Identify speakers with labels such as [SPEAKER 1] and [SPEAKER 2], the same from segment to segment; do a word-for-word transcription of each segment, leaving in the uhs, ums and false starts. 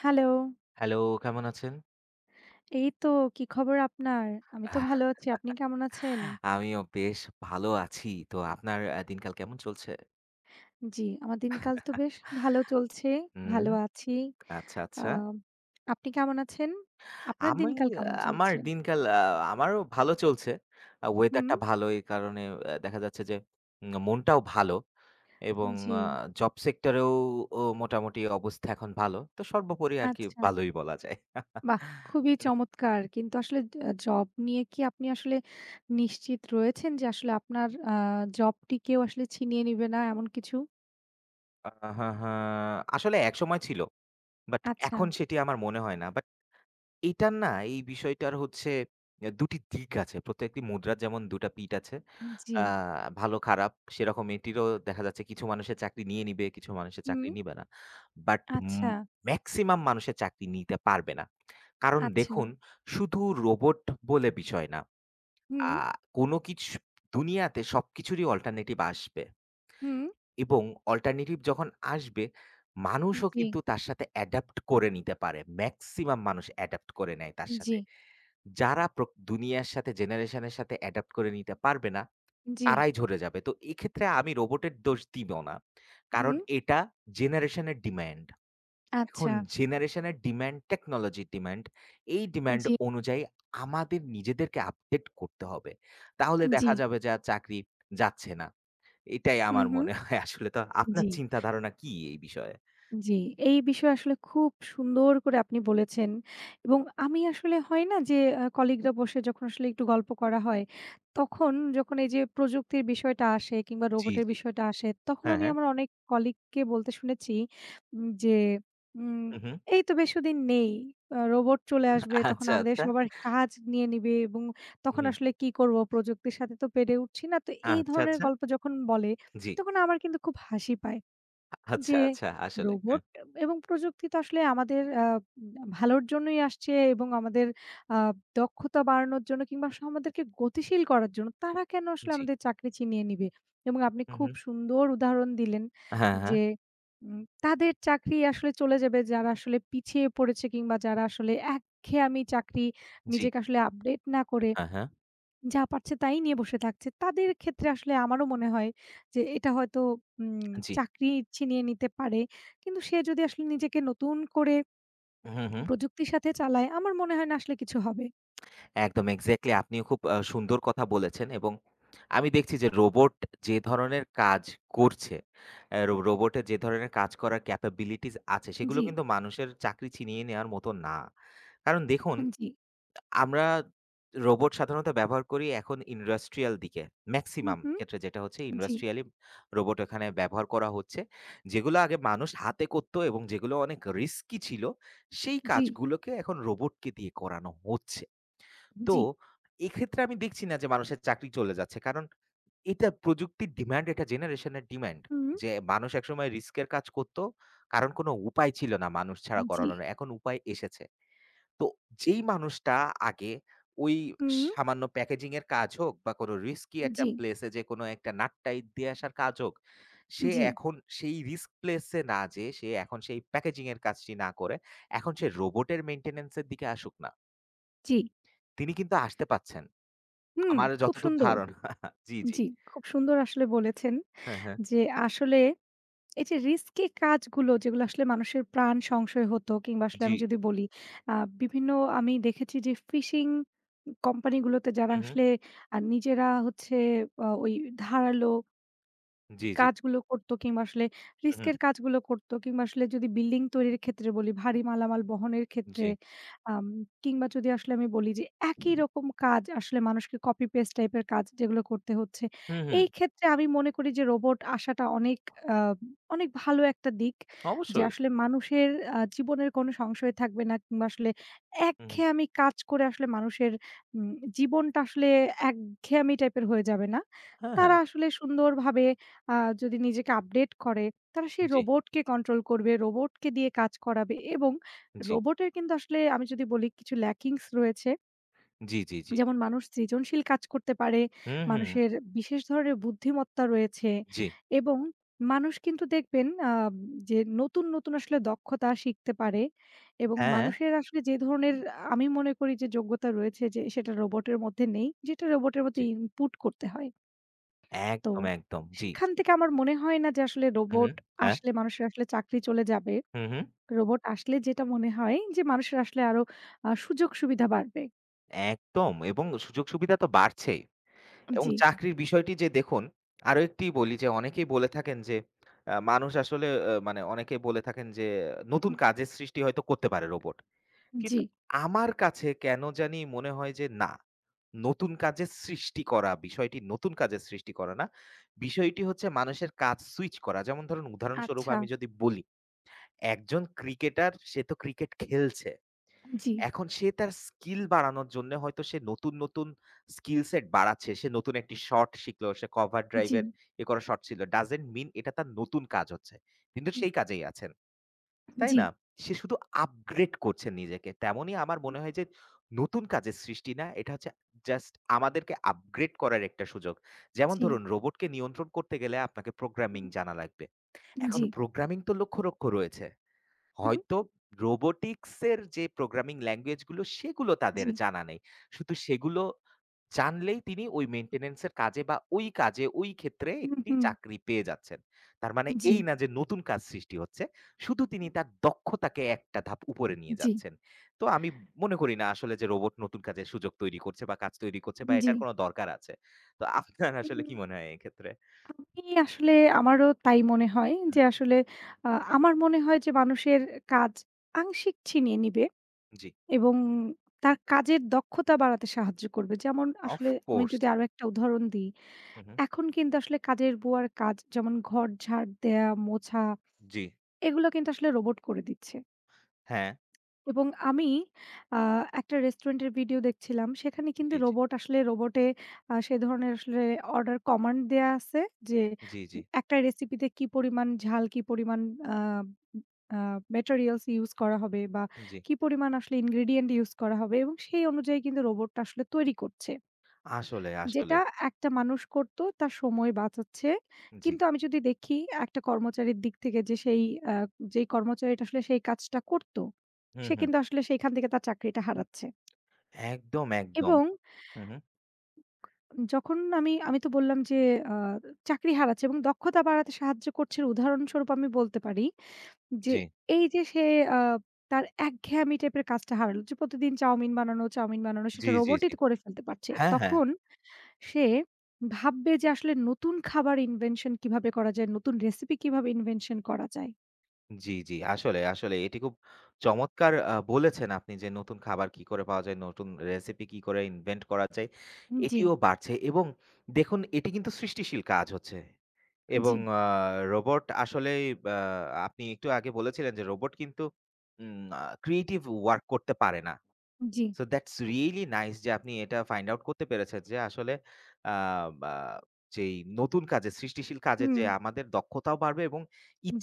[SPEAKER 1] Hello.
[SPEAKER 2] Hello, কেমন আছেন?
[SPEAKER 1] এই তো কি খবর আপনার? আমি তো ভালো আছি। আপনি কেমন আছেন?
[SPEAKER 2] আমিও বেশ ভালো আছি। তো আপনার আ দিনকাল কেমন চলছে?
[SPEAKER 1] জি, আমার দিনকাল তো বেশ ভালো চলছে।
[SPEAKER 2] হুম,
[SPEAKER 1] ভালো আছি।
[SPEAKER 2] আচ্ছা,
[SPEAKER 1] আ
[SPEAKER 2] আচ্ছা।
[SPEAKER 1] আপনি কেমন আছেন? আপনার
[SPEAKER 2] আমি
[SPEAKER 1] দিনকাল কেমন
[SPEAKER 2] আহ, আমার
[SPEAKER 1] চলছে?
[SPEAKER 2] দিনকাল আ আমারও ভালো চলছে। আ
[SPEAKER 1] হুম,
[SPEAKER 2] ওয়েদারটা ভালো এই কারণে আ দেখা যাচ্ছে যে উম মনটাও ভালো এবং
[SPEAKER 1] জি।
[SPEAKER 2] আ জব সেক্টরেও ও মোটামুটি অবস্থা এখন ভালো। তো সর্বোপরি আরকি
[SPEAKER 1] আচ্ছা।
[SPEAKER 2] ভালোই বলা যায়।
[SPEAKER 1] বাহ! খুবই
[SPEAKER 2] হুম,
[SPEAKER 1] চমৎকার। কিন্তু আসলে আ জব নিয়ে কি আপনি আসলে নিশ্চিত রয়েছেন যে আসলে আপনার আ জবটি কেউ আসলে ছিনিয়ে নিবে না এমন কিছু?
[SPEAKER 2] আ হ্যাঁ, হ্যাঁ। আসলে একসময় ছিল। বাট
[SPEAKER 1] আচ্ছা।
[SPEAKER 2] এখন সেটি আমার মনে হয় না। এটার না এই বিষয়টার হচ্ছে অ্যা দুই টি দিক আছে। প্রত্যেকটি মুদ্রার যেমন দুই টা পিঠ আছে।
[SPEAKER 1] জি।
[SPEAKER 2] আ ভালো খারাপ সেরকম এটিরও দেখা যাচ্ছে কিছু মানুষের চাকরি নিয়ে নিবে, কিছু মানুষের
[SPEAKER 1] হুম।
[SPEAKER 2] চাকরি নিবে না। বাট
[SPEAKER 1] আচ্ছা,
[SPEAKER 2] উম মেক্সিমাম মানুষের চাকরি নিতে পারবে না। কারণ
[SPEAKER 1] আচ্ছা।
[SPEAKER 2] দেখুন শুধু রোবট বলে বিষয় না। আ
[SPEAKER 1] হুম,
[SPEAKER 2] কোনো কিছু দুনিয়াতে সবকিছুরই অল্টারনেটিভ আসবে
[SPEAKER 1] হুম।
[SPEAKER 2] এবং অল্টারনেটিভ যখন আসবে মানুষও
[SPEAKER 1] জি,
[SPEAKER 2] কিন্তু তার সাথে অ্যাডাপ্ট করে নিতে পারে। মেক্সিমাম মানুষ অ্যাডাপ্ট করে নেয় তার
[SPEAKER 1] জি।
[SPEAKER 2] সাথে। যারা প্রক দুনিয়ার সাথে জেনারেশনের সাথে অ্যাডাপ্ট করে নিতে পারবে না,
[SPEAKER 1] জি।
[SPEAKER 2] তারাই ঝরে যাবে। তো এক্ষেত্রে আমি রোবটের দোষ দিব না। কারণ
[SPEAKER 1] হুম।
[SPEAKER 2] এটা জেনারেশনের ডিমান্ড। এখন
[SPEAKER 1] আচ্ছা।
[SPEAKER 2] জেনারেশনের ডিমান্ড, টেকনোলজির ডিমান্ড, এই ডিমান্ড
[SPEAKER 1] জি,
[SPEAKER 2] অনুযায়ী আমাদের নিজেদেরকে আপডেট করতে হবে। তাহলে
[SPEAKER 1] জি।
[SPEAKER 2] দেখা যাবে যে আর চাকরি যাচ্ছে না। এটাই
[SPEAKER 1] হু,
[SPEAKER 2] আমার
[SPEAKER 1] হু।
[SPEAKER 2] মনে হয় আসলে। তো আপনার
[SPEAKER 1] জি।
[SPEAKER 2] চিন্তা ধারণা কি এই বিষয়ে?
[SPEAKER 1] জি, এই বিষয়ে আসলে খুব সুন্দর করে আপনি বলেছেন এবং আমি আসলে হয় না যে আ কলিগরা বসে যখন আসলে একটু গল্প করা হয়, তখন যখন এই যে প্রযুক্তির বিষয়টা আসে কিংবা
[SPEAKER 2] জি,
[SPEAKER 1] রোবটের
[SPEAKER 2] জি।
[SPEAKER 1] বিষয়টা আসে, তখন
[SPEAKER 2] হ্যাঁ,
[SPEAKER 1] আমি
[SPEAKER 2] হ্যাঁ।
[SPEAKER 1] আমার অনেক কলিগকে বলতে শুনেছি উম যে, উম
[SPEAKER 2] হু, হু।
[SPEAKER 1] "এই তো বেশিদিন নেই। আ রোবট চলে আসবে, তখন
[SPEAKER 2] আচ্ছা,
[SPEAKER 1] আমাদের
[SPEAKER 2] আচ্ছা।
[SPEAKER 1] সবার কাজ নিয়ে নিবে এবং তখন
[SPEAKER 2] হুম।
[SPEAKER 1] আসলে কি করব? প্রযুক্তির সাথে তো পেরে উঠছি না।" তো এই
[SPEAKER 2] আচ্ছা,
[SPEAKER 1] ধরনের
[SPEAKER 2] আচ্ছা।
[SPEAKER 1] গল্প যখন বলে,
[SPEAKER 2] জি।
[SPEAKER 1] তখন আমার কিন্তু খুব হাসি পায়।
[SPEAKER 2] আচ্ছা,
[SPEAKER 1] যে
[SPEAKER 2] আচ্ছা। আসলে।
[SPEAKER 1] রোবট এবং প্রযুক্তি তো আসলে আমাদের আ ভালোর জন্যই আসছে এবং আমাদের আ দক্ষতা বাড়ানোর জন্য কিংবা স আমাদেরকে গতিশীল করার জন্য। তারা কেন আসলে
[SPEAKER 2] জি।
[SPEAKER 1] আমাদের চাকরি ছিনিয়ে নিবে? এবং আপনি
[SPEAKER 2] হু, হু।
[SPEAKER 1] খুব সুন্দর উদাহরণ দিলেন
[SPEAKER 2] হ্যাঁ, হ্যাঁ।
[SPEAKER 1] যে উম তাদের চাকরি আসলে চলে যাবে যারা আসলে পিছিয়ে পড়েছে কিংবা যারা আসলে একঘেয়ামি চাকরি
[SPEAKER 2] জি।
[SPEAKER 1] নিজেকে আসলে আপডেট না করে
[SPEAKER 2] হ্যাঁ, হ্যাঁ।
[SPEAKER 1] যা পারছে তাই নিয়ে বসে থাকছে। তাদের ক্ষেত্রে আসলে আমারও মনে হয় যে এটা হয়তো উম
[SPEAKER 2] জি।
[SPEAKER 1] চাকরি ছিনিয়ে নিতে পারে। কিন্তু সে যদি আসলে নিজেকে নতুন করে
[SPEAKER 2] হু, হু।
[SPEAKER 1] প্রযুক্তির সাথে চালায়, আমার মনে হয় না আসলে কিছু হবে।
[SPEAKER 2] একদম এক্সাক্টলি আপনিও খুব আ সুন্দর কথা বলেছেন এবং আমি দেখছি যে রোবট যে ধরনের কাজ করছে, আ রো রোবটের যে ধরনের কাজ করার ক্যাপাবিলিটিস আছে সেগুলো
[SPEAKER 1] জি,
[SPEAKER 2] কিন্তু মানুষের চাকরি ছিনিয়ে নেওয়ার মতো না। কারণ দেখুন
[SPEAKER 1] জি,
[SPEAKER 2] আমরা রোবট সাধারণত ব্যবহার করি এখন ইন্ডাস্ট্রিয়াল দিকে।
[SPEAKER 1] হুম,
[SPEAKER 2] মেক্সিমাম
[SPEAKER 1] হুম,
[SPEAKER 2] ক্ষেত্রে যেটা হচ্ছে
[SPEAKER 1] জি,
[SPEAKER 2] ইন্ডাস্ট্রিয়ালি রোবট এখানে ব্যবহার করা হচ্ছে। যেগুলো আগে মানুষ হাতে করত এবং যেগুলো অনেক রিস্কি ছিল, সেই
[SPEAKER 1] জি,
[SPEAKER 2] কাজগুলোকে এখন রোবটকে দিয়ে করানো হচ্ছে। তো
[SPEAKER 1] জি,
[SPEAKER 2] এক্ষেত্রে আমি দেখছি না যে মানুষের চাকরি চলে যাচ্ছে। কারণ এটা প্রযুক্তির ডিমান্ড, এটা জেনারেশনের ডিমান্ড।
[SPEAKER 1] হুম,
[SPEAKER 2] যে মানুষ একসময় রিস্কের কাজ করত, কারণ কোনো উপায় ছিল না মানুষ ছাড়া
[SPEAKER 1] জি,
[SPEAKER 2] করানোর। এখন উপায় এসেছে। তো যেই মানুষটা আগে ওই
[SPEAKER 1] হুম,
[SPEAKER 2] সামান্য প্যাকেজিং এর কাজ হোক বা কোনো রিস্কি একটা
[SPEAKER 1] জি,
[SPEAKER 2] প্লেস এ যে কোনো একটা নাট্যাই দিয়ে আসার কাজ হোক, সে
[SPEAKER 1] জি,
[SPEAKER 2] এখন সেই রিস্ক প্লেস এ না যেয়ে সে এখন সেই প্যাকেজিং এর কাজটি না করে এখন সে রোবটের মেইনটেন্যান্স এর দিকে আসুক না।
[SPEAKER 1] জি,
[SPEAKER 2] তিনি কিন্তু আসতে পারছেন।
[SPEAKER 1] হুম,
[SPEAKER 2] আমার
[SPEAKER 1] খুব
[SPEAKER 2] যতদূর
[SPEAKER 1] সুন্দর।
[SPEAKER 2] ধারণা। জি, জি।
[SPEAKER 1] জি, খুব সুন্দর আসলে বলেছেন
[SPEAKER 2] হ্যাঁ, হ্যাঁ।
[SPEAKER 1] যে আসলে এই যে রিস্কি কাজগুলো যেগুলো আসলে মানুষের প্রাণ সংশয় হতো কিংবা আসলে
[SPEAKER 2] জি।
[SPEAKER 1] আমি যদি বলি আ বিভিন্ন আমি দেখেছি যে ফিশিং কোম্পানিগুলোতে যারা
[SPEAKER 2] হু, হু।
[SPEAKER 1] আসলে আ নিজেরা হচ্ছে আ ওই ধারালো
[SPEAKER 2] জি, জি।
[SPEAKER 1] কাজগুলো করতো কিংবা আসলে
[SPEAKER 2] হু, হু।
[SPEAKER 1] রিস্কের কাজগুলো করতো কিংবা আসলে যদি বিল্ডিং তৈরির ক্ষেত্রে বলি, ভারী মালামাল বহনের
[SPEAKER 2] জি।
[SPEAKER 1] ক্ষেত্রে আম কিংবা যদি আসলে আমি বলি যে একই রকম কাজ আসলে মানুষকে কপি পেস্ট টাইপের কাজ যেগুলো করতে হচ্ছে।
[SPEAKER 2] হু, হু।
[SPEAKER 1] এই ক্ষেত্রে আমি মনে করি যে রোবট আসাটা অনেক আ অনেক ভালো একটা দিক। যে
[SPEAKER 2] অবশ্যই।
[SPEAKER 1] আসলে মানুষের আ জীবনের কোনো সংশয় থাকবে না কিংবা আসলে
[SPEAKER 2] হু, হু।
[SPEAKER 1] একঘেয়েমি কাজ করে আসলে মানুষের উম জীবনটা আসলে একঘেয়েমি টাইপের হয়ে যাবে না।
[SPEAKER 2] হ্যাঁ, হ্যাঁ।
[SPEAKER 1] তারা আসলে সুন্দরভাবে আ যদি নিজেকে আপডেট করে, তারা সেই
[SPEAKER 2] জি,
[SPEAKER 1] রোবটকে কন্ট্রোল করবে, রোবটকে দিয়ে কাজ করাবে এবং
[SPEAKER 2] জি।
[SPEAKER 1] রোবটের কিন্তু আসলে আমি যদি বলি কিছু ল্যাকিংস রয়েছে।
[SPEAKER 2] জি, জি, জি।
[SPEAKER 1] যেমন মানুষ সৃজনশীল কাজ করতে পারে,
[SPEAKER 2] হু, হু।
[SPEAKER 1] মানুষের বিশেষ ধরনের বুদ্ধিমত্তা রয়েছে
[SPEAKER 2] জি।
[SPEAKER 1] এবং মানুষ কিন্তু দেখবেন আ যে নতুন, নতুন আসলে দক্ষতা শিখতে পারে এবং
[SPEAKER 2] হ্যাঁ।
[SPEAKER 1] মানুষের আসলে যে ধরনের আমি মনে করি যে যোগ্যতা রয়েছে যে সেটা রোবটের মধ্যে নেই, যেটা রোবটের
[SPEAKER 2] জি।
[SPEAKER 1] মধ্যে ইনপুট করতে হয়। তো
[SPEAKER 2] একদম, একদম। জি।
[SPEAKER 1] সেখান থেকে আমার মনে হয় না যে আসলে
[SPEAKER 2] হু, হু।
[SPEAKER 1] রোবট
[SPEAKER 2] হ্যাঁ।
[SPEAKER 1] আসলে মানুষের আসলে চাকরি চলে যাবে।
[SPEAKER 2] হু, হু।
[SPEAKER 1] রোবট আসলে যেটা মনে হয় যে মানুষের আসলে আরো আ সুযোগ সুবিধা বাড়বে।
[SPEAKER 2] একদম এবং সুযোগ-সুবিধা তো বাড়ছেই এবং
[SPEAKER 1] জি।
[SPEAKER 2] চাকরির বিষয়টি যে দেখুন, আরো একটি বলি যে অনেকেই বলে থাকেন যে আ মানুষ আসলে আ মানে অনেকে বলে থাকেন যে নতুন
[SPEAKER 1] হুম।
[SPEAKER 2] কাজের সৃষ্টি হয়তো করতে পারে রোবট।
[SPEAKER 1] জি।
[SPEAKER 2] কিন্তু আমার কাছে কেন জানি মনে হয় যে না, নতুন কাজের সৃষ্টি করা বিষয়টি নতুন কাজের সৃষ্টি করা না। বিষয়টি হচ্ছে মানুষের কাজ সুইচ করা। যেমন ধরুন উদাহরণস্বরূপ
[SPEAKER 1] আচ্ছা।
[SPEAKER 2] আমি যদি বলি, একজন ক্রিকেটার সে তো ক্রিকেট খেলছে।
[SPEAKER 1] জি,
[SPEAKER 2] এখন সে তার স্কিল বাড়ানোর জন্যে হয়তো সে নতুন, নতুন স্কিল সেট বাড়াচ্ছে। সে নতুন একটি শট শিখলো। সে কভার ড্রাইভ
[SPEAKER 1] জি,
[SPEAKER 2] এর ইয়ে করা শট ছিল। ডাজন্ট মিন এটা তার নতুন কাজ হচ্ছে। কিন্তু
[SPEAKER 1] হুম।
[SPEAKER 2] সেই কাজেই আছেন। তাই
[SPEAKER 1] জি,
[SPEAKER 2] না? সে শুধু আপগ্রেড করছেন নিজেকে। তেমনই আমার মনে হয় যে নতুন কাজের সৃষ্টি না, এটা হচ্ছে জাস্ট আমাদেরকে আপগ্রেড করার একটা সুযোগ। যেমন
[SPEAKER 1] জি,
[SPEAKER 2] ধরুন রোবটকে নিয়ন্ত্রণ করতে গেলে আপনাকে
[SPEAKER 1] হুম।
[SPEAKER 2] প্রোগ্রামিং জানা লাগবে। এখন
[SPEAKER 1] জি,
[SPEAKER 2] প্রোগ্রামিং তো লক্ষ, লক্ষ রয়েছে।
[SPEAKER 1] হুম।
[SPEAKER 2] হয়তো রোবোটিক্স এর যে প্রোগ্রামিং ল্যাঙ্গুয়েজ গুলো সেগুলো
[SPEAKER 1] জি,
[SPEAKER 2] তাদের জানা নেই। শুধু সেগুলো জানলেই তিনি ওই মেইনটেন্যান্স এর কাজে বা ওই কাজে ওই ক্ষেত্রে
[SPEAKER 1] হুম,
[SPEAKER 2] একটি
[SPEAKER 1] হুম,
[SPEAKER 2] চাকরি পেয়ে যাচ্ছেন। তার মানে
[SPEAKER 1] জি,
[SPEAKER 2] এই না যে নতুন কাজ সৃষ্টি হচ্ছে। শুধু তিনি
[SPEAKER 1] হুম।
[SPEAKER 2] তার দক্ষতাকে একটা ধাপ উপরে নিয়ে
[SPEAKER 1] জি,
[SPEAKER 2] যাচ্ছেন। তো আমি মনে করি না আসলে যে রোবট নতুন কাজের সুযোগ তৈরি করছে বা কাজ তৈরি করছে বা
[SPEAKER 1] জি।
[SPEAKER 2] এটার কোনো দরকার আছে। তো আপনার আসলে
[SPEAKER 1] হুম।
[SPEAKER 2] কি মনে হয় এক্ষেত্রে?
[SPEAKER 1] আমি আসলে আমারও তাই মনে হয়
[SPEAKER 2] হু,
[SPEAKER 1] যে
[SPEAKER 2] হু।
[SPEAKER 1] আসলে আ আমার মনে হয় যে মানুষের কাজ আংশিক ছিনিয়ে নিবে।
[SPEAKER 2] জি,
[SPEAKER 1] এবং তার কাজের দক্ষতা বাড়াতে সাহায্য করবে। যেমন আসলে আমি
[SPEAKER 2] অফকোর্স।
[SPEAKER 1] যদি আরো একটা উদাহরণ দিই,
[SPEAKER 2] হু, হু।
[SPEAKER 1] এখন কিন্তু আসলে কাজের বুয়ার কাজ যেমন ঘর ঝাড় দেয়া, মোছা
[SPEAKER 2] জি।
[SPEAKER 1] এগুলো কিন্তু আসলে রোবট করে দিচ্ছে।
[SPEAKER 2] হ্যাঁ।
[SPEAKER 1] এবং আমি আ একটা রেস্টুরেন্টের ভিডিও দেখছিলাম। সেখানে কিন্তু
[SPEAKER 2] জি, জি।
[SPEAKER 1] রোবট আসলে রোবটে আ সে ধরনের আসলে অর্ডার কমান্ড দেয়া আছে যে
[SPEAKER 2] জি, জি।
[SPEAKER 1] উম, একটা রেসিপিতে কি পরিমাণ ঝাল, কি পরিমাণ আ আ ম্যাটেরিয়ালস ইউস করা হবে বা
[SPEAKER 2] জি।
[SPEAKER 1] কি পরিমাণ আসলে ইনগ্রেডিয়েন্ট ইউস করা হবে এবং সেই অনুযায়ী কিন্তু রোবটটা আসলে তৈরি করছে।
[SPEAKER 2] আসলে, আসলে।
[SPEAKER 1] যেটা একটা মানুষ করতো তার সময় বাঁচাচ্ছে।
[SPEAKER 2] জি।
[SPEAKER 1] কিন্তু আমি যদি দেখি একটা কর্মচারীর দিক থেকে যে সেই আ যেই কর্মচারীটা আসলে সেই কাজটা করতো,
[SPEAKER 2] হুম,
[SPEAKER 1] সে
[SPEAKER 2] হুম।
[SPEAKER 1] কিন্তু আসলে সেইখান থেকে তার চাকরিটা হারাচ্ছে।
[SPEAKER 2] একদম, একদম।
[SPEAKER 1] এবং
[SPEAKER 2] হুম, হুম।
[SPEAKER 1] যখন আমি, আমি তো বললাম যে আ চাকরি হারাচ্ছে এবং দক্ষতা বাড়াতে সাহায্য করছে উদাহরণস্বরূপ আমি বলতে পারি যে
[SPEAKER 2] জি।
[SPEAKER 1] এই যে সে আ তার একঘেয়েমি টাইপের কাজটা হারালো যে প্রতিদিন চাউমিন বানানো, চাউমিন বানানো
[SPEAKER 2] জি,
[SPEAKER 1] সেটা
[SPEAKER 2] জি,
[SPEAKER 1] রোবটই
[SPEAKER 2] জি।
[SPEAKER 1] করে ফেলতে পারছে।
[SPEAKER 2] হ্যাঁ, হ্যাঁ।
[SPEAKER 1] তখন সে ভাববে যে আসলে নতুন খাবার ইনভেনশন কিভাবে করা যায়, নতুন রেসিপি কিভাবে ইনভেনশন করা যায়।
[SPEAKER 2] জি, জি। আসলে, আসলে এটি খুব চমৎকার আ বলেছেন আপনি যে নতুন খাবার কি করে পাওয়া যায়, নতুন রেসিপি কি করে ইনভেন্ট করা যায়,
[SPEAKER 1] জি,
[SPEAKER 2] এটিও বাড়ছে এবং দেখুন এটি কিন্তু সৃষ্টিশীল কাজ হচ্ছে
[SPEAKER 1] জি,
[SPEAKER 2] এবং আ রোবট আসলেই আ আপনি একটু আগে বলেছিলেন যে রোবট কিন্তু উম আ ক্রিয়েটিভ ওয়ার্ক করতে পারে না।
[SPEAKER 1] জি,
[SPEAKER 2] সো দ্যাটস রিয়েলি নাইস যে আপনি এটা ফাইন্ড আউট করতে পেরেছেন যে আসলে আ বা যেই নতুন কাজে সৃষ্টিশীল কাজে
[SPEAKER 1] হুম।
[SPEAKER 2] যে আমাদের দক্ষতাও বাড়বে এবং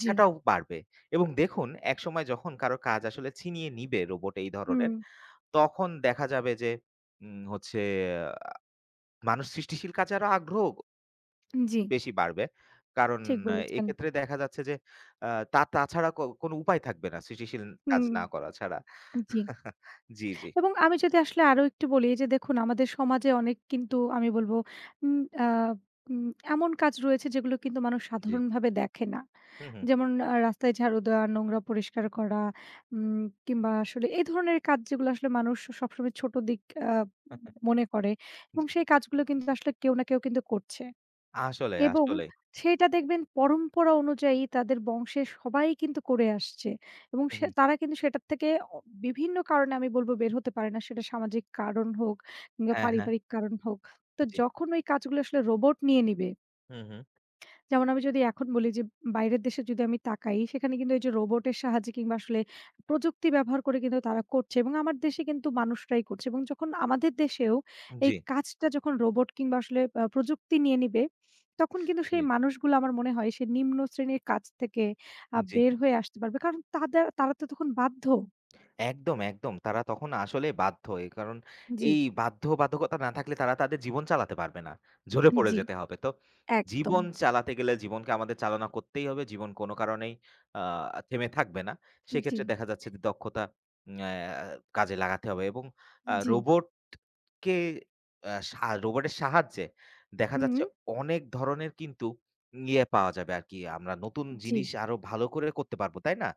[SPEAKER 1] জি,
[SPEAKER 2] বাড়বে। এবং দেখুন একসময় যখন কারো কাজ আসলে ছিনিয়ে নিবে রোবট এই
[SPEAKER 1] হুম।
[SPEAKER 2] ধরনের, তখন দেখা যাবে যে উম হচ্ছে আহ, মানুষ সৃষ্টিশীল কাজে আরো আগ্রহ
[SPEAKER 1] জি।
[SPEAKER 2] বেশি বাড়বে। কারণ
[SPEAKER 1] ঠিক
[SPEAKER 2] আহ,
[SPEAKER 1] বলেছেন।
[SPEAKER 2] এক্ষেত্রে দেখা যাচ্ছে যে আ তা তাছাড়া ক কোনো উপায় থাকবে না সৃষ্টিশীল কাজ
[SPEAKER 1] হুম।
[SPEAKER 2] না করা ছাড়া।
[SPEAKER 1] জি।
[SPEAKER 2] জি, জি,
[SPEAKER 1] এবং আমি যদি আসলে আরো একটু বলি যে দেখুন আমাদের সমাজে অনেক কিন্তু আমি বলব উম আ উম এমন কাজ রয়েছে যেগুলো কিন্তু মানুষ
[SPEAKER 2] জি।
[SPEAKER 1] সাধারণভাবে দেখে না।
[SPEAKER 2] হুম, হুম।
[SPEAKER 1] যেমন আ রাস্তায় ঝাড়ু দেওয়া, নোংরা পরিষ্কার করা উম কিংবা আসলে এই ধরনের কাজ যেগুলো আসলে মানুষ সবসময় ছোট দিক আ মনে করে এবং
[SPEAKER 2] জি।
[SPEAKER 1] সেই কাজগুলো কিন্তু আসলে কেউ না কেউ কিন্তু করছে।
[SPEAKER 2] আসলে,
[SPEAKER 1] এবং
[SPEAKER 2] আসলে।
[SPEAKER 1] সেইটা দেখবেন পরম্পরা অনুযায়ী তাদের বংশের সবাই কিন্তু করে আসছে এবং
[SPEAKER 2] হু,
[SPEAKER 1] সে
[SPEAKER 2] হুম।
[SPEAKER 1] তারা কিন্তু সেটার থেকে অ বিভিন্ন কারণে আমি বলব বের হতে পারে না। সেটা সামাজিক কারণ হোক কিংবা
[SPEAKER 2] হ্যাঁ, হ্যাঁ।
[SPEAKER 1] পারিবারিক কারণ হোক। তো
[SPEAKER 2] জি।
[SPEAKER 1] যখন ওই কাজগুলো আসলে রোবট নিয়ে নিবে
[SPEAKER 2] হু, হুম।
[SPEAKER 1] যেমন আমি যদি এখন বলি যে বাইরের দেশে যদি আমি তাকাই সেখানে কিন্তু এই যে রোবটের সাহায্যে কিংবা আসলে প্রযুক্তি ব্যবহার করে কিন্তু তারা করছে এবং আমার দেশে কিন্তু মানুষরাই করছে এবং যখন আমাদের দেশেও
[SPEAKER 2] জি,
[SPEAKER 1] এই কাজটা যখন রোবট কিংবা আসলে আহ, প্রযুক্তি নিয়ে নিবে তখন কিন্তু
[SPEAKER 2] জি।
[SPEAKER 1] সেই মানুষগুলো আমার মনে হয় সে নিম্ন শ্রেণীর কাজ থেকে আহ,
[SPEAKER 2] জি।
[SPEAKER 1] বের হয়ে আসতে পারবে কারণ তাদের তারা তো তখন বাধ্য।
[SPEAKER 2] একদম, একদম। তারা তখন আসলে বাধ্য। এ কারণ
[SPEAKER 1] জি,
[SPEAKER 2] এই বাধ্যবাধকতা না থাকলে তারা তাদের জীবন চালাতে পারবে না। ঝরে পড়ে
[SPEAKER 1] জি,
[SPEAKER 2] যেতে হবে। তো
[SPEAKER 1] একদম,
[SPEAKER 2] জীবন চালাতে গেলে জীবনকে আমাদের চালনা করতেই হবে। জীবন কোনো কারণেই আ থেমে থাকবে না।
[SPEAKER 1] জি,
[SPEAKER 2] সেক্ষেত্রে দেখা যাচ্ছে যে দক্ষতা উম অ্যা কাজে লাগাতে হবে এবং আ
[SPEAKER 1] জি,
[SPEAKER 2] রোবট কে আ সা রোবটের সাহায্যে দেখা
[SPEAKER 1] হুম,
[SPEAKER 2] যাচ্ছে অনেক ধরনের কিন্তু ইয়ে পাওয়া যাবে আরকি। আমরা নতুন
[SPEAKER 1] জি,
[SPEAKER 2] জিনিস আরো ভালো করে করতে পারবো, তাই না?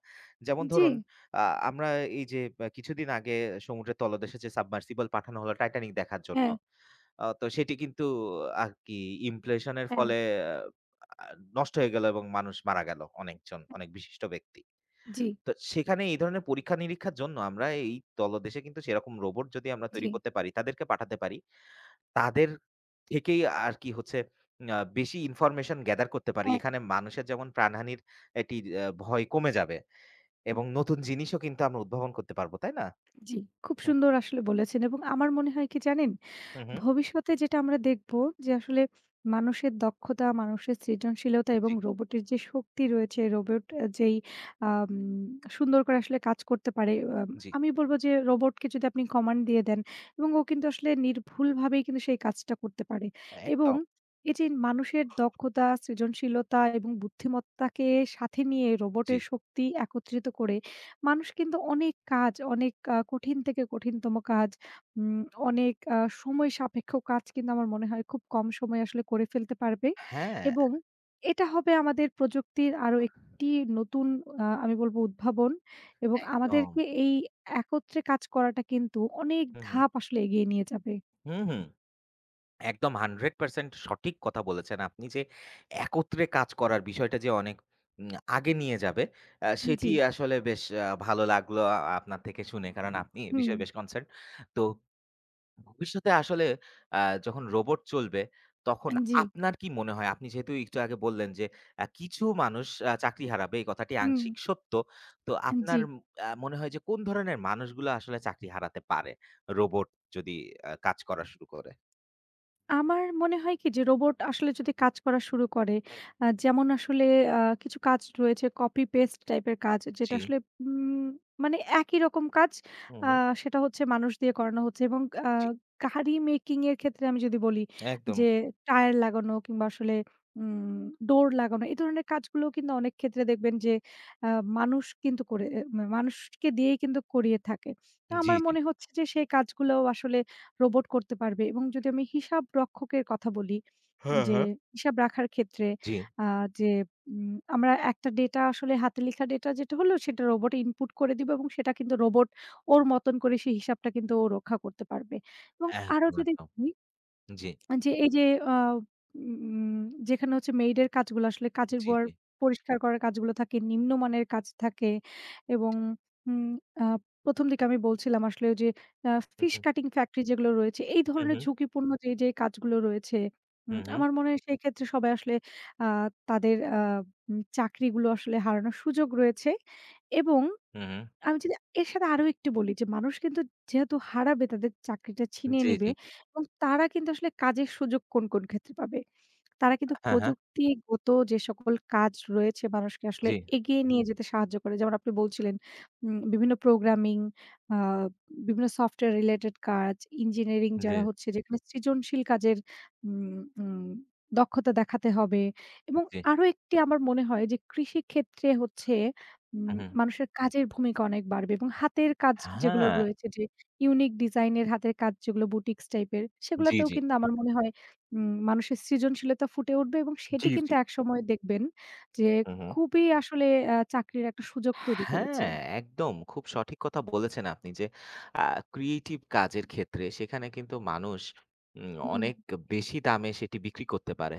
[SPEAKER 2] যেমন
[SPEAKER 1] জি,
[SPEAKER 2] ধরুন আ আমরা এই যে আ কিছুদিন আগে সমুদ্রের তলদেশে যে সাবমার্সিবল পাঠানো হলো 'টাইটানিক' দেখার জন্য।
[SPEAKER 1] হ্যাঁ,
[SPEAKER 2] আ তো সেটি কিন্তু আরকি ইমপ্লেশন এর
[SPEAKER 1] হ্যাঁ,
[SPEAKER 2] ফলে আ নষ্ট হয়ে গেল এবং মানুষ মারা গেল অনেকজন,
[SPEAKER 1] হ্যাঁ,
[SPEAKER 2] অনেক বিশিষ্ট ব্যক্তি।
[SPEAKER 1] জি,
[SPEAKER 2] তো সেখানে এই ধরনের পরীক্ষা-নিরীক্ষার জন্য আমরা এই তলদেশে কিন্তু সেরকম রোবট যদি আমরা
[SPEAKER 1] জি,
[SPEAKER 2] তৈরি করতে পারি, তাদেরকে পাঠাতে পারি তাদের থেকেই আর কি হচ্ছে আ বেশি ইনফরমেশন গ্যাদার করতে পারি।
[SPEAKER 1] হ্যাঁ,
[SPEAKER 2] এখানে মানুষের যেমন প্রাণহানির একটি আ ভয় কমে যাবে এবং নতুন জিনিসও কিন্তু আমরা উদ্ভাবন করতে পারবো, তাই না?
[SPEAKER 1] জি, খুব
[SPEAKER 2] হুম, হুম,
[SPEAKER 1] সুন্দর আসলে বলেছেন এবং আমার মনে হয় কি জানেন?
[SPEAKER 2] হুম, হুম।
[SPEAKER 1] ভবিষ্যতে যেটা আমরা দেখব যে আসলে মানুষের দক্ষতা, মানুষের সৃজনশীলতা এবং
[SPEAKER 2] জি,
[SPEAKER 1] রোবটের যে শক্তি রয়েছে, রোবট আ যেই আম সুন্দর করে আসলে কাজ করতে পারে। আম
[SPEAKER 2] জি।
[SPEAKER 1] আমি বলব যে রোবটকে যদি আপনি কমান্ড দিয়ে দেন এবং ও কিন্তু আসলে নির্ভুলভাবেই কিন্তু সেই কাজটা করতে পারে এবং
[SPEAKER 2] একদম,
[SPEAKER 1] এই যে মানুষের দক্ষতা, সৃজনশীলতা এবং বুদ্ধিমত্তাকে সাথে নিয়ে
[SPEAKER 2] জি।
[SPEAKER 1] রোবটের শক্তি একত্রিত করে মানুষ কিন্তু অনেক কাজ, অনেক আ কঠিন থেকে কঠিনতম কাজ উম অনেক আ সময় সাপেক্ষ কাজ কিন্তু আমার মনে হয় খুব কম সময়ে আসলে করে ফেলতে পারবে
[SPEAKER 2] হ্যাঁ,
[SPEAKER 1] এবং এটা হবে আমাদের প্রযুক্তির আরো একটি নতুন আ আমি বলব উদ্ভাবন এবং
[SPEAKER 2] একদম।
[SPEAKER 1] আমাদেরকে এই একত্রে কাজ করাটা কিন্তু অনেক
[SPEAKER 2] হুম, হুম।
[SPEAKER 1] ধাপ আসলে এগিয়ে নিয়ে যাবে।
[SPEAKER 2] হুম, হুম। একদম একশো পার্সেন্ট সঠিক কথা বলেছেন আপনি যে একত্রে কাজ করার বিষয়টা যে অনেক উম আগে নিয়ে যাবে, আ সেটি
[SPEAKER 1] জি।
[SPEAKER 2] আসলে বেশ আ ভালো লাগলো আ আপনার থেকে শুনে। কারণ আপনি এ
[SPEAKER 1] হুম।
[SPEAKER 2] বিষয়ে বেশ কনসার্ন। তো ভবিষ্যতে আসলে আ যখন রোবট চলবে, তখন
[SPEAKER 1] জি।
[SPEAKER 2] আপনার কি মনে হয়? আপনি যেহেতু একটু আগে বললেন যে, আ কিছু মানুষ আ চাকরি হারাবে, এই কথাটি
[SPEAKER 1] হুম।
[SPEAKER 2] আংশিক সত্য। তো
[SPEAKER 1] জি।
[SPEAKER 2] আপনার উম আ মনে হয় যে কোন ধরনের মানুষগুলা আসলে চাকরি হারাতে পারে? রোবট যদি আ কাজ করা শুরু করে?
[SPEAKER 1] আমার মনে হয় কি যে রোবট আসলে যদি কাজ করা শুরু করে
[SPEAKER 2] হুম।
[SPEAKER 1] আ যেমন আসলে আ কিছু কাজ রয়েছে কপি পেস্ট টাইপের কাজ যেটা
[SPEAKER 2] জি।
[SPEAKER 1] আসলে উম মানে একই রকম কাজ
[SPEAKER 2] হুম,
[SPEAKER 1] আ
[SPEAKER 2] হুম।
[SPEAKER 1] সেটা হচ্ছে মানুষ দিয়ে করানো হচ্ছে এবং আ
[SPEAKER 2] জি।
[SPEAKER 1] গাড়ি মেকিং এর ক্ষেত্রে আমি যদি বলি
[SPEAKER 2] একদম।
[SPEAKER 1] যে টায়ার লাগানো কিংবা আসলে উম ডোর লাগানো এই ধরনের কাজগুলো কিন্তু অনেক ক্ষেত্রে দেখবেন যে আ মানুষ কিন্তু করে এ মা মানুষকে দিয়েই কিন্তু করিয়ে থাকে। তো
[SPEAKER 2] জি,
[SPEAKER 1] আমার
[SPEAKER 2] জি।
[SPEAKER 1] মনে হচ্ছে যে সেই কাজগুলো আসলে রোবট করতে পারবে এবং যদি আমি হিসাব রক্ষকের কথা বলি
[SPEAKER 2] হ্যাঁ,
[SPEAKER 1] যে
[SPEAKER 2] হ্যাঁ।
[SPEAKER 1] হিসাব রাখার ক্ষেত্রে
[SPEAKER 2] জি।
[SPEAKER 1] আ যে উম আমরা একটা ডেটা আসলে হাতে লেখা ডেটা যেটা হলো সেটা রোবট ইনপুট করে দিবে এবং সেটা কিন্তু রোবট ওর মতন করে সেই হিসাবটা কিন্তু ও রক্ষা করতে পারবে এবং আরো
[SPEAKER 2] একদম,
[SPEAKER 1] যদি
[SPEAKER 2] একদম। জি,
[SPEAKER 1] যে এই যে আ উম যেখানে হচ্ছে মেইডের কাজগুলো আসলে কাজের
[SPEAKER 2] জি,
[SPEAKER 1] বর
[SPEAKER 2] জি।
[SPEAKER 1] পরিষ্কার করার কাজগুলো থাকে, নিম্নমানের কাজ থাকে এবং উম আ প্রথম দিকে আমি বলছিলাম আসলে ওই যে আ
[SPEAKER 2] হুম,
[SPEAKER 1] ফিশ
[SPEAKER 2] হুম।
[SPEAKER 1] কাটিং ফ্যাক্টরি যেগুলো রয়েছে, এই
[SPEAKER 2] হুম,
[SPEAKER 1] ধরনের
[SPEAKER 2] হুম।
[SPEAKER 1] ঝুঁকিপূর্ণ যে, যে কাজগুলো রয়েছে, উম
[SPEAKER 2] হুম, হুম।
[SPEAKER 1] আমার মনে হয় সেই ক্ষেত্রে সবাই আসলে আ তাদের আ উম চাকরিগুলো আসলে হারানোর সুযোগ রয়েছে এবং
[SPEAKER 2] হুম, হুম।
[SPEAKER 1] আমি যদি এর সাথে আরো একটু বলি যে মানুষ কিন্তু যেহেতু হারাবে তাদের চাকরিটা ছিনিয়ে
[SPEAKER 2] জি, জি।
[SPEAKER 1] নিবে এবং তারা কিন্তু আসলে কাজের সুযোগ কোন, কোন ক্ষেত্রে পাবে? তারা কিন্তু
[SPEAKER 2] হ্যাঁ, হ্যাঁ।
[SPEAKER 1] প্রযুক্তিগত যে সকল কাজ রয়েছে মানুষকে আসলে
[SPEAKER 2] জি,
[SPEAKER 1] এগিয়ে নিয়ে যেতে সাহায্য করে। যেমন আপনি বলছিলেন উম বিভিন্ন প্রোগ্রামিং, আ বিভিন্ন সফটওয়্যার রিলেটেড কাজ, ইঞ্জিনিয়ারিং
[SPEAKER 2] জি,
[SPEAKER 1] যারা হচ্ছে যেখানে সৃজনশীল কাজের উম উম দক্ষতা দেখাতে হবে এবং
[SPEAKER 2] জি।
[SPEAKER 1] আরো একটি আমার মনে হয় যে কৃষিক্ষেত্রে হচ্ছে
[SPEAKER 2] হুম,
[SPEAKER 1] উম
[SPEAKER 2] হুম।
[SPEAKER 1] মানুষের কাজের ভূমিকা অনেক বাড়বে এবং হাতের কাজ যেগুলো
[SPEAKER 2] হ্যাঁ,
[SPEAKER 1] রয়েছে যে ইউনিক ডিজাইনের হাতের কাজ যেগুলো বুটিক্স টাইপের
[SPEAKER 2] জি,
[SPEAKER 1] সেগুলাতেও
[SPEAKER 2] জি।
[SPEAKER 1] কিন্তু আমার মনে হয় উম মানুষের সৃজনশীলতা ফুটে উঠবে এবং সেটি
[SPEAKER 2] জি, জি।
[SPEAKER 1] কিন্তু হুম। একসময় দেখবেন যে
[SPEAKER 2] হু, হু।
[SPEAKER 1] খুবই আসলে আ চাকরির একটা সুযোগ তৈরি করেছে।
[SPEAKER 2] হ্যাঁ, একদম খুব সঠিক কথা বলেছেন আপনি যে আ ক্রিয়েটিভ কাজের ক্ষেত্রে সেখানে কিন্তু মানুষ উম
[SPEAKER 1] হুম,
[SPEAKER 2] অনেক বেশি দামে সেটি বিক্রি করতে পারে।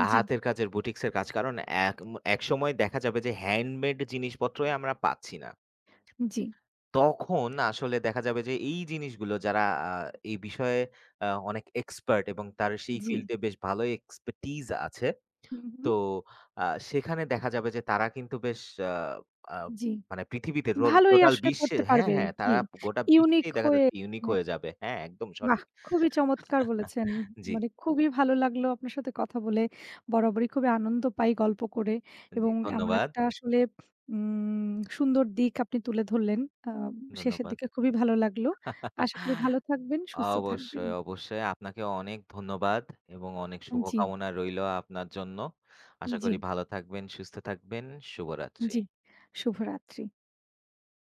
[SPEAKER 2] আ
[SPEAKER 1] জি,
[SPEAKER 2] হাতের কাজের বুটিক্সের কাজ কারণ এক একসময় দেখা যাবে যে হ্যান্ডমেড জিনিসপত্রই আমরা পাচ্ছি না।
[SPEAKER 1] জি,
[SPEAKER 2] তখন আসলে দেখা যাবে যে এই জিনিসগুলো যারা আ এই বিষয়ে আ অনেক এক্সপার্ট এবং তার সেই
[SPEAKER 1] জি,
[SPEAKER 2] ফিল্ডে বেশ ভালোই এক্সপার্টিজ আছে
[SPEAKER 1] হুম,
[SPEAKER 2] তো
[SPEAKER 1] হুম,
[SPEAKER 2] আ সেখানে দেখা যাবে যে তারা কিন্তু বেশ আ আ
[SPEAKER 1] জি।
[SPEAKER 2] মানে পৃথিবীতে রোল
[SPEAKER 1] ভালোই
[SPEAKER 2] টোটাল
[SPEAKER 1] আসলে
[SPEAKER 2] বিশ্বে
[SPEAKER 1] করতে
[SPEAKER 2] হ্যাঁ,
[SPEAKER 1] পারবে।
[SPEAKER 2] হ্যাঁ,
[SPEAKER 1] জি,
[SPEAKER 2] তারা গোটা
[SPEAKER 1] ইউনিক
[SPEAKER 2] বিশ্বেই দেখা
[SPEAKER 1] হয়ে
[SPEAKER 2] যাচ্ছে ইউনিক
[SPEAKER 1] হ্যাঁ।
[SPEAKER 2] হয়ে যাবে। হ্যাঁ, একদম
[SPEAKER 1] বাহ!
[SPEAKER 2] সঠিক।
[SPEAKER 1] খুবই চমৎকার বলেছেন।
[SPEAKER 2] জি,
[SPEAKER 1] মানে খুবই ভালো লাগলো আপনার সাথে কথা বলে। বরাবরই খুবই আনন্দ পাই গল্প করে
[SPEAKER 2] জি,
[SPEAKER 1] এবং এমন
[SPEAKER 2] ধন্যবাদ,
[SPEAKER 1] একটা আসলে উম সুন্দর দিক আপনি তুলে ধরলেন। আ শেষের
[SPEAKER 2] ধন্যবাদ।
[SPEAKER 1] দিকে খুবই ভালো লাগলো। আশা করি ভালো থাকবেন, সুস্থ থাকবেন।
[SPEAKER 2] অবশ্যই, অবশ্যই। আপনাকেও অনেক ধন্যবাদ এবং অনেক
[SPEAKER 1] জি,
[SPEAKER 2] শুভকামনা রইলো আপনার জন্য। আশা
[SPEAKER 1] জি,
[SPEAKER 2] করি ভালো থাকবেন, সুস্থ থাকবেন। শুভরাত্রি।
[SPEAKER 1] জি। শুভরাত্রি।